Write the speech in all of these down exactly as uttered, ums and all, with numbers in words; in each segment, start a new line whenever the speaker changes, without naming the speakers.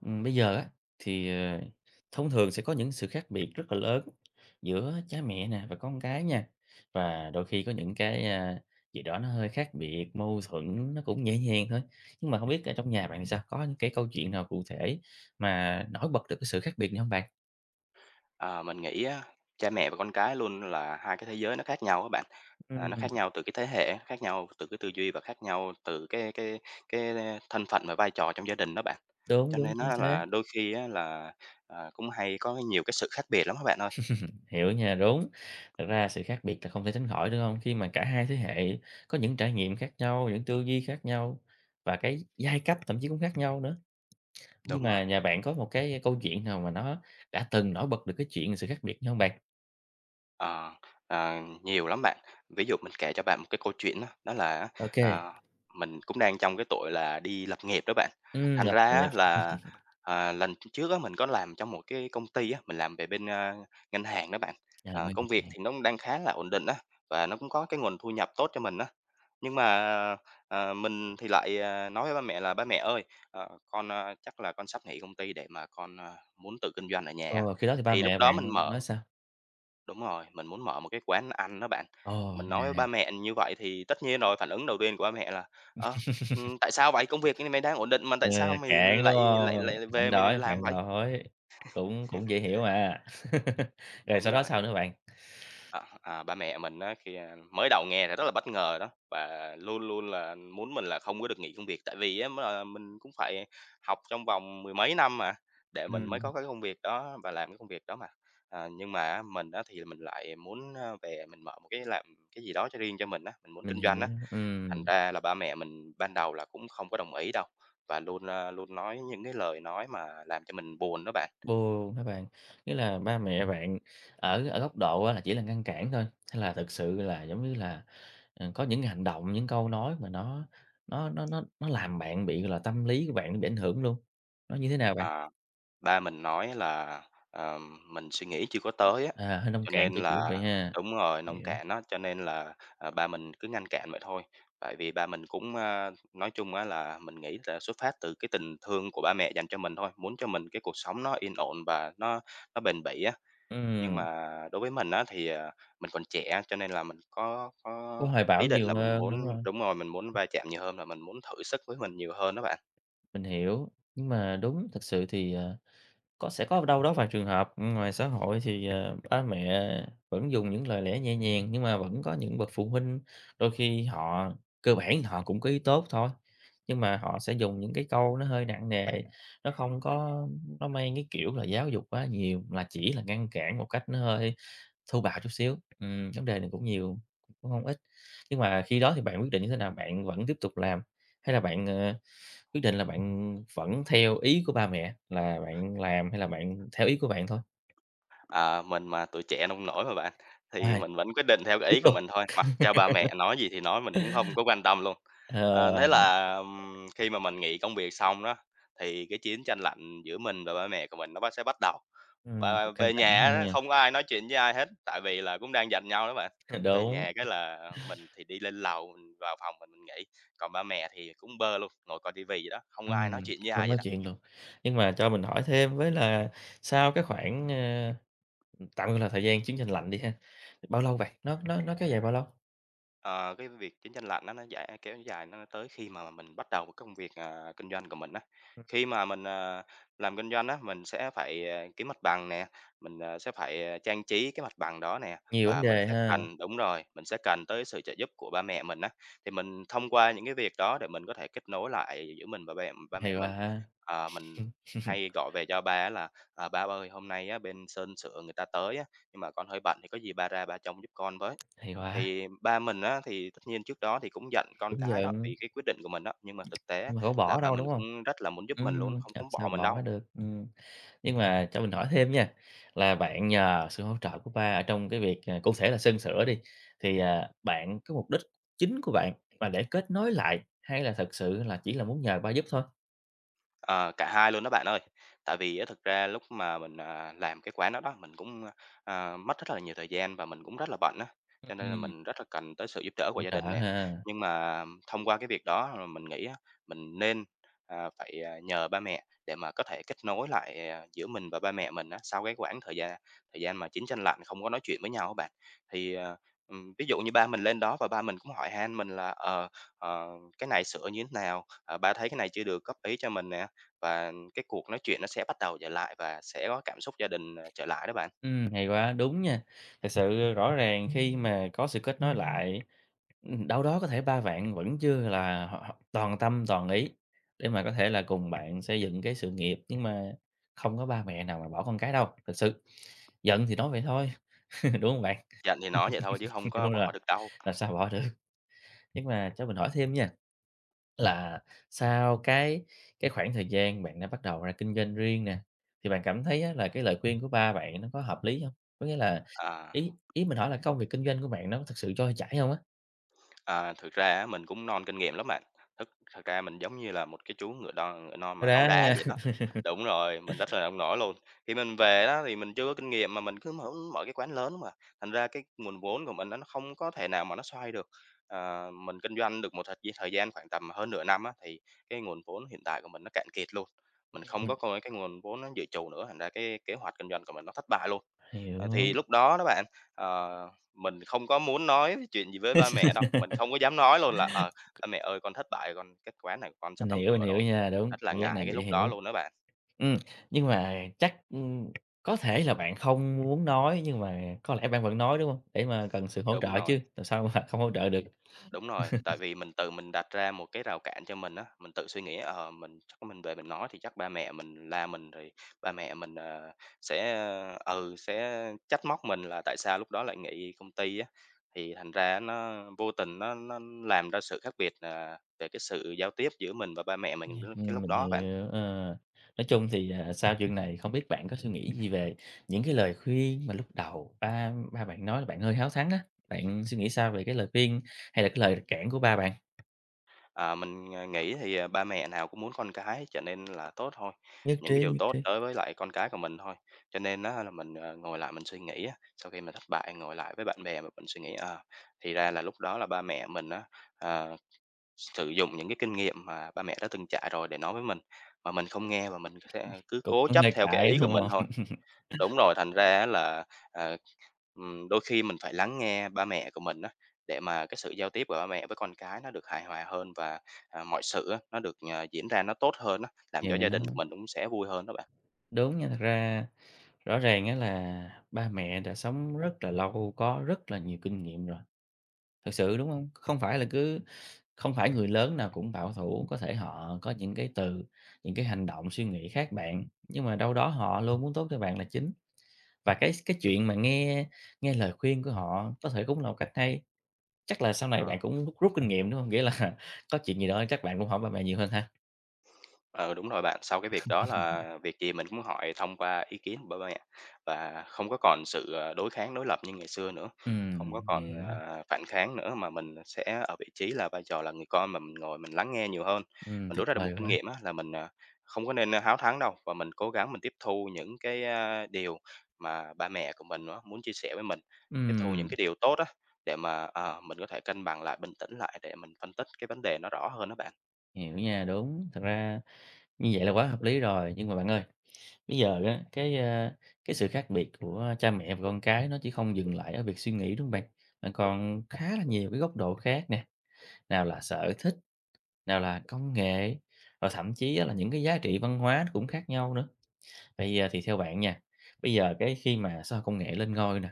Ừm, bây giờ á thì, ờ, thông thường sẽ có những sự khác biệt rất là lớn giữa cha mẹ nè và con cái nha. Và đôi khi có những cái, a, gì đó nó hơi khác biệt, mâu thuẫn nó cũng nhẹ nhàng thôi. Nhưng mà không biết ở trong nhà bạn thì sao? Có những cái câu chuyện nào cụ thể mà nổi bật được cái sự khác biệt này hông bạn?
Ờ, mình nghĩ á, cha mẹ và con cái luôn là hai cái thế giới nó khác nhau các bạn. À, nó
Ừm,
khác nhau từ cái thế hệ, khác nhau từ cái tư duy và khác nhau từ cái cái cái thân phận và vai trò trong gia đình đó bạn.
đúng,
Cho
đúng,
nên
chính
nó
xác.
là đôi khi á là, à, cũng hay có nhiều cái sự khác biệt lắm các bạn ơi.
Hiểu nha, đúng. Thật ra sự khác biệt là không thể tránh khỏi, đúng không? Khi mà cả hai thế hệ có những trải nghiệm khác nhau, những tư duy khác nhau và cái giai cấp thậm chí cũng khác nhau nữa. Nhưng
Đúng rồi.
mà nhà bạn có một cái câu chuyện nào mà nó đã từng nổi bật được cái chuyện sự khác biệt như hông bạn?
Ờ, ờ, nhiều lắm bạn. Ví dụ mình kể cho bạn một cái câu chuyện á, đó là á,
Ô kê,
à, mình cũng đang trong cái tuổi là đi lập nghiệp đó bạn.
ừm,
Thành
lập
ra
nghiệp,
á là, à, lần trước á, mình có làm trong một cái công ty á, mình làm về bên, a, ngân hàng đó bạn.
à,
Ờ,
nguyên
công việc thì nó
nhà.
cũng đang khá là ổn định á, và nó cũng có cái nguồn thu nhập tốt cho mình á. Nhưng mà, ờ, mình thì lại, à, nói với ba mẹ là "Ba mẹ ơi, ờ, con, a, chắc là con sắp nghỉ công ty để mà con, a, muốn tự kinh doanh ở nhà á."
Ồ, khi đó thì ba
Thì lúc
mẹ
đó mình
bạn
mở
nói sao?
Đúng rồi, mình muốn mở một cái quán ăn đó bạn.
Ồ,
Mình nói với ba mẹ như vậy thì tất nhiên rồi, phản ứng đầu tiên của ba mẹ là "Ơ, ừm, tại sao vậy? Công việc như này mày đang ổn định mà
ờ,
tại sao mày
cạn, đúng
lại lại
hông?
lại
Phản
về mày
đối,
làm
phản
vậy?"
đối, cũng cũng dễ hiểu mà. Rồi
Đúng
sau đó
rồi.
sao nữa bạn?
À, à, ba mẹ mình á, khi, a, mới đầu nghe thì rất là bất ngờ đó, và luôn luôn là muốn mình là không có được nghỉ công việc, tại vì á m là mình cũng phải học trong vòng mười mấy năm mà, để mình mới
Ừm,
có cái công việc đó và làm cái công việc đó mà. À, nhưng mà á, mình á, thì mình lại muốn, a, về mình mở một cái làm cái gì đó cho riêng cho mình á, mình muốn
mình
kinh doanh á,
hiểu,
thành
ừm.
ra là ba mẹ mình ban đầu là cũng không có đồng ý đâu, và luôn, a, luôn nói những cái lời nói mà làm cho mình buồn đó bạn.
Buồn hả bạn? Nghĩa là ba mẹ bạn ở ở góc độ á là chỉ là ngăn cản thôi, hay là thực sự là, giống như là, ờ, có những hành động, những câu nói mà nó nó nó nó nó làm bạn bị, là, tâm lý của bạn nó bị ảnh hưởng luôn? Nó như thế nào bạn?
À. Ba mình nói là, ờ, mình suy nghĩ chưa có tới á,
À, hơi nông
cho
cạn,
nên
kiểu kiểu
là
vậy ha.
đúng rồi, nông
Hiểu.
cạn á, cho nên là, à, ba mình cứ ngăn cản vậy thôi. Tại vì ba mình cũng, a nói chung á là mình nghĩ là xuất phát từ cái tình thương của ba mẹ dành cho mình thôi, muốn cho mình cái cuộc sống nó yên ổn và nó nó bền bỉ á. Nhưng
Ừm,
mà đối với mình á thì, à, mình còn trẻ cho nên là mình có
cứ
có
hoài bão
ý định
nhiều
là mình
hơn, đúng
muốn
rồi,
đúng rồi, mình muốn va chạm nhiều hơn là mình muốn thử sức với mình nhiều hơn đó bạn.
mình hiểu. Nhưng mà đúng, thực sự thì, ờ. Có sẽ có đâu đó vài trường hợp, ừ, ngoài xã hội thì, ờ, ba mẹ vẫn dùng những lời lẽ nhẹ nhàng, nhưng mà vẫn có những bậc phụ huynh đôi khi họ cơ bản họ cũng có ý tốt thôi, nhưng mà họ sẽ dùng những cái câu nó hơi nặng nề, nó không có nó mang cái kiểu là giáo dục quá nhiều, là chỉ là ngăn cản một cách nó hơi thô bạo chút xíu. Ừm, vấn đề này cũng nhiều, cũng không ít. Nhưng mà khi đó thì bạn quyết định như thế nào? Bạn vẫn tiếp tục làm hay là bạn, ờ. Quyết định là bạn vẫn theo ý của ba mẹ là bạn làm hay là bạn theo ý của bạn thôi?
Ờ, mình mà tuổi trẻ nông nổi mà bạn, thì
À,
mình vẫn quyết định theo cái
biết
ý của
luôn.
mình thôi, mặc cho ba mẹ nói gì thì nói, mình cũng không có quan tâm luôn.
Ờ,
Ờ, thế là, ừm, khi mà mình nghỉ công việc xong đó, thì cái chiến tranh lạnh giữa mình và ba mẹ của mình nó bắt sẽ bắt đầu.
ừm,
Và
căng
về
thẳng
nhà á,
nha.
không có ai nói chuyện với ai hết, tại vì là cũng đang giành nhau đó bạn. Về
Đúng,
nhà cái là mình thì đi lên lầu, mình vào phòng mình mình nghỉ, còn ba mẹ thì cũng bơ luôn, ngồi coi tivi vậy đó, không có ai nói
ừm,
chuyện với
không
ai vậy
nói
đó.
chuyện luôn. Nhưng mà cho mình hỏi thêm với là sau cái khoảng, ờ, tạm gọi là thời gian chiến tranh lạnh đi ha, bao lâu vậy? Nó nó nó kéo dài bao lâu?
Ờ, cái việc chiến tranh lạnh nó nó dài kéo dài nó tới khi mà mình bắt đầu một công việc, à, kinh doanh của mình á. Khi mà mình, à, làm kinh doanh á, mình sẽ phải, à, kiếm mặt bằng nè, mình, à, sẽ phải, à, trang trí cái mặt bằng đó nè,
Nhiều vấn
và mình
đề
sẽ
ha,
cần đúng rồi, mình sẽ cần tới sự trợ giúp của ba mẹ mình á. Thì mình thông qua những cái việc đó để mình có thể kết nối lại giữa mình và ba mẹ ba mẹ
hay
mình.
quá,
Ờ, mình hay gọi về cho ba á là "À, ba ơi, hôm nay á, bên sơn sửa người ta tới á, nhưng mà con hơi bận thì có gì ba ra ba trông giúp con với."
hay quá,
Thì ba mình á, thì tất nhiên trước đó thì cũng giận con
đúng giờ
cái đó, vì cái quyết định của mình đó, nhưng mà thực tế á
mà có
là
bỏ
ba
đâu,
mình
đúng không?
cũng rất là muốn giúp mình luôn,
Ừm,
không
làm
cũng
sao
bỏ mình
bỏ
đâu.
được, ừm. Nhưng mà cho mình hỏi thêm nha, là bạn nhờ sự hỗ trợ của ba ở trong cái việc, à, cụ thể là sơn sửa đi, thì, à, bạn cái mục đích chính của bạn là để kết nối lại hay là thật sự là chỉ là muốn nhờ ba giúp thôi?
Ờ, cả hai luôn đó bạn ơi. Tại vì á thực ra lúc mà mình, à, làm cái quán đó đó, mình cũng, à, mất rất là nhiều thời gian và mình cũng rất là bận á, cho nên là
Ừm.
mình rất là cần tới sự giúp đỡ của
Hỗ
gia
trợ
đình nè.
ha.
Nhưng mà thông qua cái việc đó rồi mình nghĩ á, mình nên, à, phải, à, nhờ ba mẹ để mà có thể kết nối lại, à, giữa mình và ba mẹ mình á, sau cái khoảng thời gian thời gian mà chín tranh lạnh không có nói chuyện với nhau á bạn. Thì, ờ, ừm, ví dụ như ba mình lên đó và ba mình cũng hỏi han mình là "Ờ, ờ, cái này sửa như thế nào? Ờ, ba thấy cái này chưa được, góp ý cho mình nè." Và cái cuộc nói chuyện nó sẽ bắt đầu trở lại và sẽ có cảm xúc gia đình, ờ, trở lại đó bạn.
Ừm, hay quá, đúng nha. Thật sự rõ ràng khi mà có sự kết nối lại, ừm, đâu đó có thể ba bạn vẫn chưa là họ họ toàn tâm toàn ý để mà có thể là cùng bạn xây dựng cái sự nghiệp, nhưng mà không có ba mẹ nào mà bỏ con cái đâu, thực sự giận thì nói vậy thôi, đúng không bạn?
Dặn thì nói vậy thôi chứ không có
Đúng rồi,
bỏ được đâu.
làm sao bỏ được. Nhưng mà cho mình hỏi thêm nha, là sau cái cái khoảng thời gian bạn đã bắt đầu ra kinh doanh riêng nè, thì bạn cảm thấy á là cái lời khuyên của ba bạn nó có hợp lý không? Có nghĩa là
À.
ý ý mình hỏi là công việc kinh doanh của bạn nó có thực sự trôi chảy không á?
À, thực ra á mình cũng non kinh nghiệm lắm bạn. Thực Thật ra mình giống như là một cái chú ngựa non ngựa non mà
Ra
háu
nha.
đá vậy đó. Đúng rồi, mình rất là nông nổi luôn. Khi mình về đó thì mình chưa có kinh nghiệm mà mình cứ mở mở cái quán lớn mà, thành ra cái nguồn vốn của mình nó không có thể nào mà nó xoay được. Ờ, mình kinh doanh được một thời gi thời gian khoảng tầm hơn nửa năm á, thì cái nguồn vốn hiện tại của mình nó cạn kiệt luôn. Mình không
Ừm,
có coi cái nguồn vốn nó dự trù nữa, thành ra cái kế hoạch kinh doanh của mình nó thất bại luôn. Ờ, thì
hiểu,
lúc đó đó bạn, ờ, mình không có muốn nói chuyện gì với ba mẹ đâu, mình không có dám nói luôn là "Ờ, ba mẹ ơi con thất bại, con cái quán này con
mình
sắp đóng
hiểu, mình
cửa
hiểu
rồi."
nha,
Mình
đúng,
rất là
cảm giác
ngại
này
cái
dễ
lúc đó
hiểu.
luôn đó bạn.
Ừ, nhưng mà chắc, ừm, có thể là bạn không muốn nói nhưng mà có lẽ bạn vẫn nói, đúng không? Để mà cần sự hỗ
Đúng
trợ chứ,
rồi.
làm sao mà không hỗ trợ được.
Đúng rồi, tại vì mình tự mình đặt ra một cái rào cản cho mình á, mình tự suy nghĩ, ờ, mình chắc mình về mình nói thì chắc ba mẹ mình la mình rồi ba mẹ mình, ờ, sẽ, ừ, sẽ trách móc mình là tại sao lúc đó lại nghỉ công ty á. Thì thành ra nó vô tình nó nó làm ra sự khác biệt, à, về cái sự giao tiếp giữa mình và ba mẹ mình cái
Ừm,
lúc
mình
đó bạn.
hiểu, ờ. Nói chung thì, à, sau chuyện này không biết bạn có suy nghĩ gì về những cái lời khuyên mà lúc đầu ba ba bạn nói là bạn hơi háo thắng á, bạn suy nghĩ sao về cái lời khuyên hay là cái lời cản của ba bạn?
À, mình, à, nghĩ thì, à, ba mẹ nào cũng muốn con cái trở nên là tốt thôi,
Nhất
những cái
trí,
điều
nhất
tốt
trí.
tới với lại con cái của mình thôi. Cho nên đó là mình, ờ, ngồi lại mình suy nghĩ á, sau khi mà thất bại ngồi lại với bạn bè mà mình suy nghĩ, ờ, thì ra là lúc đó là ba mẹ mình á, ờ, sử dụng những cái kinh nghiệm mà ba mẹ đã từng trải rồi để nói với mình, mà mình không nghe và mình sẽ cứ
Cũng
cố
cũng
chấp
hơi
theo cái
cãi,
ý của
đúng
mình thôi.
hông?
Đúng rồi, thành ra á là, ờ, ừm, đôi khi mình phải lắng nghe ba mẹ của mình á, để mà cái sự giao tiếp của ba mẹ với con cái nó được hài hòa hơn và, à, mọi sự á, nó được, à, diễn ra nó tốt hơn á, làm cho
Hiểu,
gia đình của mình cũng sẽ vui hơn đó bạn.
đúng nha, thật ra rõ ràng á là ba mẹ đã sống rất là lâu, có rất là nhiều kinh nghiệm rồi. Thực sự, đúng không? Không phải là cứ không phải người lớn nào cũng bảo thủ, có thể họ có những cái từ, những cái hành động, suy nghĩ khác bạn, nhưng mà đâu đó họ luôn muốn tốt cho bạn là chính. Và cái cái chuyện mà nghe nghe lời khuyên của họ có thể cũng là một cách hay. Chắc là sau này
Ờ.
bạn cũng rút rút kinh nghiệm, đúng không? Nghĩa là có chuyện gì đó chắc bạn cũng hỏi ba mẹ nhiều hơn ha?
Ừ, đúng rồi bạn. Sau cái việc đó là việc gì mình cũng hỏi thông qua ý kiến của ba mẹ và không có còn sự, ờ, đối kháng, đối lập như ngày xưa nữa, không có
Ừm,
còn,
hiểu,
ờ, phản kháng nữa, mà mình sẽ ở vị trí là vai trò là người con mà mình ngồi mình lắng nghe nhiều hơn.
ừm,
Mình
tuyệt
rút ra được một
vời
kinh
quá.
nghiệm á là mình, à, không có nên ờ, háo thắng đâu và mình cố gắng mình tiếp thu những cái, a, điều mà ba mẹ của mình á muốn chia sẻ với mình, tiếp thu những
Ừm,
cái điều tốt á để mà, ờ, mình có thể cân bằng lại, bình tĩnh lại để mình phân tích cái vấn đề nó rõ hơn đó bạn.
hiểu nha, đúng. Thật ra như vậy là quá hợp lý rồi, nhưng mà bạn ơi, bây giờ á, cái, a, cái sự khác biệt của cha mẹ và con cái nó chỉ không dừng lại ở việc suy nghĩ, đúng không bạn? Bạn còn khá là nhiều cái góc độ khác nè, nào là sở thích, nào là công nghệ, rồi thậm chí á là những cái giá trị văn hóa nó cũng khác nhau nữa. Bây giờ thì theo bạn nha, bây giờ cái khi mà xã hội công nghệ lên ngôi nè,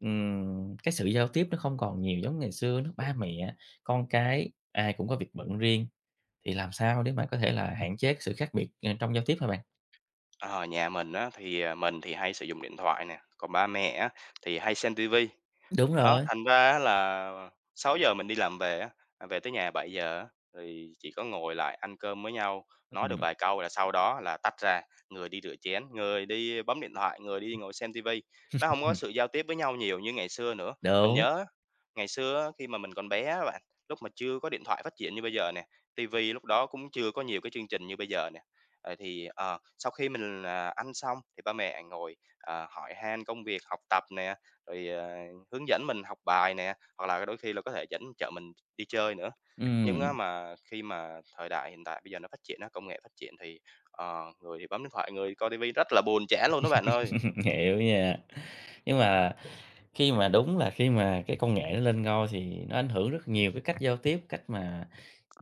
ừm, cái sự giao tiếp nó không còn nhiều giống ngày xưa nữa, ba mẹ, con cái ai cũng có việc bận riêng, thì làm sao để mà có thể là hạn chế cái sự khác biệt, ờ, trong giao tiếp hả bạn?
Ờ, nhà mình á, thì, à, mình thì hay sử dụng điện thoại nè, còn ba mẹ á, thì hay xem ti
Đúng
đó,
rồi,
thành ra á là sáu giờ mình đi làm về á, à, về tới nhà bảy giờ á, thì chỉ có ngồi lại ăn cơm với nhau, nói được
ừm,
vài câu là sau đó là tách ra, người đi rửa chén, người đi bấm điện thoại, người đi ngồi xem ti vi. Nó hông có sự giao tiếp với nhau nhiều như ngày xưa nữa. Mình
đúng,
nhớ á, ngày xưa á, khi mà mình còn bé á bạn, lúc mà chưa có điện thoại phát triển như bây giờ nè, ti vi lúc đó cũng chưa có nhiều cái chương trình như bây giờ nè. Ờ, thì, ờ, sau khi mình, à, ăn xong thì ba mẹ ngồi, ờ, hỏi han công việc, học tập nè, rồi, ờ Hướng dẫn mình học bài nè, hoặc là đôi khi là có thể dẫn chở mình đi chơi nữa. Nhưng á
ừm,
mà khi mà thời đại hiện tại bây giờ nó phát triển á, công nghệ phát triển thì, ờ, người thì bấm điện thoại, người coi tivi rất là buồn chán luôn đó bạn ơi.
hiểu nha. Nhưng mà khi mà đúng là khi mà cái công nghệ nó lên ngôi thì nó ảnh hưởng rất nhiều cái cách giao tiếp, cách mà,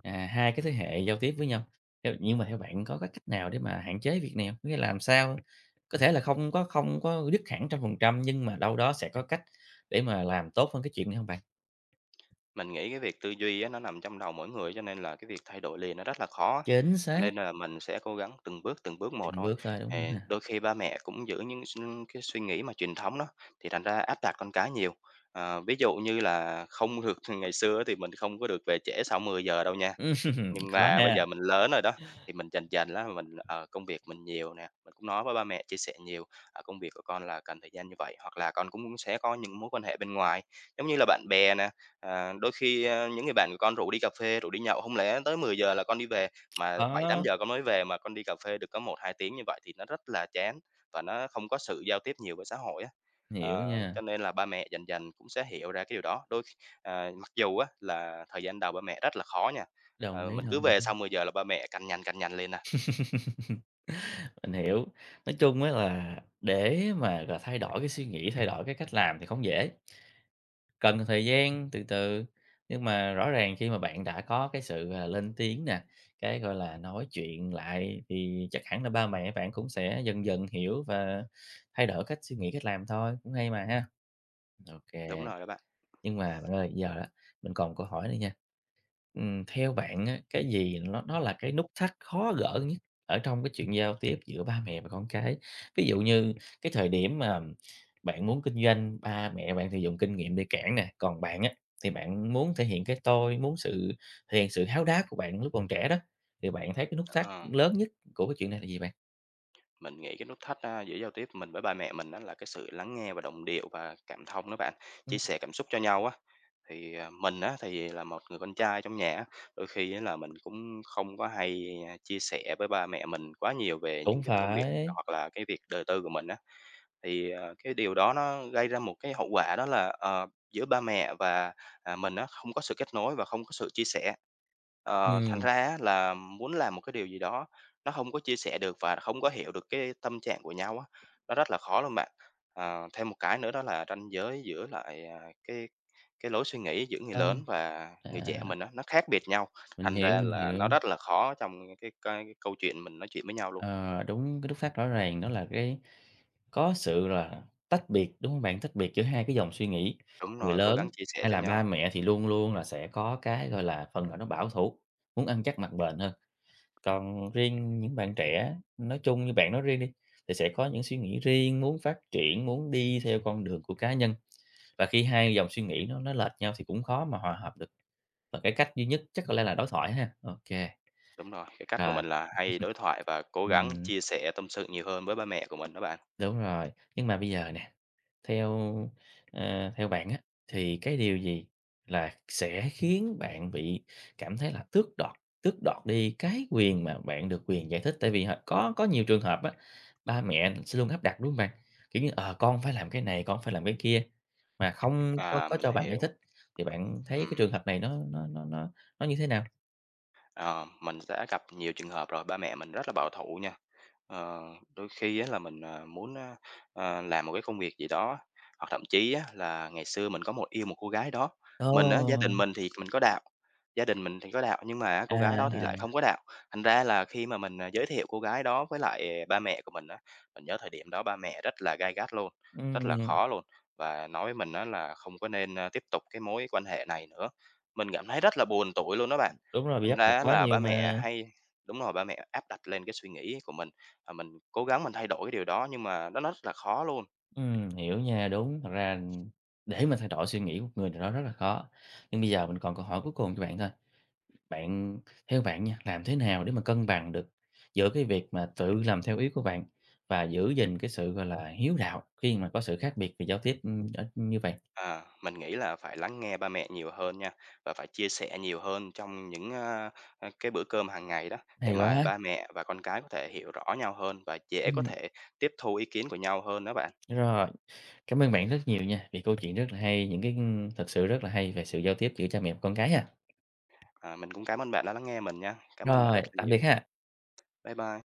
à, hai cái thế hệ giao tiếp với nhau. Theo nhưng mà theo bạn có cái cách nào để mà hạn chế việc này hông? Nghĩa là làm sao có thể là không có không có dứt hẳn một trăm phần trăm nhưng mà đâu đó sẽ có cách để mà làm tốt hơn cái chuyện này không bạn?
Mình nghĩ cái việc tư duy á, nó nằm trong đầu mỗi người cho nên là cái việc thay đổi liền nó rất là khó,
Chính
cho
xác.
nên là mình sẽ cố gắng từng bước, từng bước một
Từng
thôi.
bước thôi, đúng
Ờ,
không ha?
đôi khi ba mẹ cũng giữ những s cái suy nghĩ mà truyền thống đó, thì thành ra áp đặt con cái nhiều. Ờ, ví dụ như là không được ngày xưa thì mình không có được về trễ sau mười giờ đâu nha. Nhưng
Khó
mà
ha,
bây giờ mình lớn rồi đó, thì mình chành chành lắm, mình, ờ, công việc mình nhiều nè, mình cũng nói với ba mẹ, chia sẻ nhiều, ờ, "Công việc của con là cần thời gian như vậy." Hoặc là con cũng sẽ có những mối quan hệ bên ngoài, giống như là bạn bè nè, ờ, đôi khi, ơ, những người bạn của con rủ đi cà phê, rủ đi nhậu, không lẽ tới mười giờ là con đi về, mà bảy tám
khó,
giờ con mới về, mà con đi cà phê được có một hai tiếng như vậy thì nó rất là chán và nó không có sự giao tiếp nhiều với xã hội á.
hiểu
Ờ,
nha,
cho nên là ba mẹ dần dần cũng sẽ hiểu ra cái điều đó. Đôi khi ờ, mặc dù á là thời gian đầu ba mẹ rất là khó nha.
đồng
Ờ,
ý,
mình cứ
đồng
về
ý.
xong mười giờ là ba mẹ canh nhanh, canh nhanh lên nè.
Mình hiểu. Nói chung á là để mà, là, thay đổi cái suy nghĩ, thay đổi cái cách làm thì không dễ, cần thời gian, từ từ. Nhưng mà rõ ràng khi mà bạn đã có cái sự, à, lên tiếng nè, cái, gọi là, nói chuyện lại thì chắc hẳn là ba mẹ bạn cũng sẽ dần dần hiểu và thay đổi cách suy nghĩ, cách làm thôi, cũng hay mà ha. Ok,
Đúng rồi đó bạn.
nhưng mà bạn ơi, giờ á, mình còn câu hỏi nữa nha. Ừm, theo bạn á, cái gì nó nó là cái nút thắt khó gỡ nhất ở trong cái chuyện giao tiếp giữa ba mẹ và con cái? Ví dụ như cái thời điểm mà bạn muốn kinh doanh, ba mẹ bạn thì dùng kinh nghiệm để cản nè, còn bạn á, thì bạn muốn thể hiện cái tôi, muốn sự thể hiện sự háo đá của bạn lúc còn trẻ đó, thì bạn thấy cái nút thắt
Ờ,
lớn nhất của cái chuyện này là gì bạn?
mình nghĩ cái nút thắt, a, giữa giao tiếp mình với ba mẹ mình đó là cái sự lắng nghe và đồng điệu và cảm thông đó bạn,
Ừm.
chia sẻ cảm xúc cho nhau á. Thì, à, mình á thì là một người con trai trong nhà á, đôi khi á là mình cũng không có hay, a, chia sẻ với ba mẹ mình quá nhiều về những
Cũng
cái công việc
phải.
hoặc là cái việc đời tư của mình á. Thì, ờ, cái điều đó nó gây ra một cái hậu quả đó là, ờ, giữa ba mẹ và, à, mình nó không có sự kết nối và không có sự chia sẻ. Ờ, thành
Ừm.
ra á là muốn làm một cái điều gì đó nó không có chia sẻ được và không có hiểu được cái tâm trạng của nhau á, nó rất là khó luôn bạn. Ờ, thêm một cái nữa đó là ranh giới giữa lại, à, cái cái lối suy nghĩ giữa người
Ơi.
lớn và
À,
người trẻ mình á, nó khác biệt nhau,
mình
thành
hiểu,
ra
mình
là nó
hiểu.
rất là khó trong cái cái cái câu chuyện mình nói chuyện với nhau luôn.
Ờ, đúng cái nút thắt rõ ràng đó là cái có sự là tách biệt, đúng không bạn? Tách biệt giữa hai cái dòng suy nghĩ,
Đúng
người
rồi, cố
lớn
gắng chia sẻ
hay
cho
là ba
nhau.
mẹ thì luôn luôn là sẽ có cái, gọi là, phần nào nó bảo thủ, muốn ăn chắc mặc bền hơn. Còn riêng những bạn trẻ, nói chung như bạn nói riêng đi, thì sẽ có những suy nghĩ riêng, muốn phát triển, muốn đi theo con đường của cá nhân, và khi hai dòng suy nghĩ nó nó lệch nhau thì cũng khó mà hòa hợp được. Và cái cách duy nhất chắc có lẽ là đối thoại ha. Ok,
Đúng rồi, cái cách của
rồi,
mình là hay đối thoại và cố gắng
ừm,
chia sẻ tâm sự nhiều hơn với ba mẹ của mình đó bạn.
đúng rồi. Nhưng mà bây giờ nè. Theo, ờ, theo bạn á, thì cái điều gì là sẽ khiến bạn bị cảm thấy là tước đoạt tước đoạt đi cái quyền mà bạn được quyền giải thích? Tại vì h có có nhiều trường hợp á, ba mẹ sẽ luôn áp đặt, đúng không bạn? Kiểu như, ờ, "Con phải làm cái này, con phải làm cái kia", mà không
À.
có
À,
có
mình
cho bạn giải
hiểu.
thích, thì bạn thấy cái
Ừm,
trường hợp này nó nó nó nó nó như thế nào?
ờ, mình đã gặp nhiều trường hợp rồi, ba mẹ mình rất là bảo thủ nha. Ờ, đôi khi á là mình, à, muốn, a, à, làm một cái công việc gì đó, hoặc thậm chí á là ngày xưa mình có một yêu một cô gái đó, mình á, gia đình
Ồ!
mình thì mình có đạo, gia đình mình thì có đạo, nhưng mà
À,
cô gái đó thì
à,
lại không có đạo. Thành ra là khi mà mình, à, giới thiệu cô gái đó với lại ba mẹ của mình á, mình nhớ thời điểm đó ba mẹ rất là gay gắt luôn, rất là
ừm,
khó luôn và nói với mình á là không có nên, a, tiếp tục cái mối quan hệ này nữa. Mình cảm thấy rất là buồn tủi luôn đó bạn,
đúng rồi, bị
thành
áp đặt
ra
quá
là
nhiều
ba
mà.
mẹ hay đúng rồi, ba mẹ áp đặt lên cái suy nghĩ của mình. Và mình cố gắng mình thay đổi cái điều đó nhưng mà nó nó rất là khó luôn.
Ừm, hiểu nha, đúng. Thật ra để mà thay đổi suy nghĩ của một người nào đó rất là khó. Nhưng bây giờ mình còn câu hỏi cuối cùng cho bạn thôi. Bạn theo bạn nha, làm thế nào để mà cân bằng được giữa cái việc mà tự làm theo ý của bạn và giữ gìn cái sự, gọi là, hiếu đạo khi mà có sự khác biệt về giao tiếp, ưm, ở như vậy?
À, mình nghĩ là phải lắng nghe ba mẹ nhiều hơn nha, và phải chia sẻ nhiều hơn trong những, a, a, cái bữa cơm hàng ngày đó, để
Hay
mà
quá!
ba mẹ và con cái có thể hiểu rõ nhau hơn và dễ có
Ừm,
thể tiếp thu ý kiến của nhau hơn đó bạn.
rồi, cảm ơn bạn rất nhiều nha, vì câu chuyện rất là hay, những cái, thật sự rất là hay về sự giao tiếp giữa cha mẹ và con cái ha.
À, mình cũng cảm ơn bạn đã lắng nghe mình nha. Cảm ơn bạn
Rồi,
rất là
tạm biệt
nhiều.
ha.
Bye bye.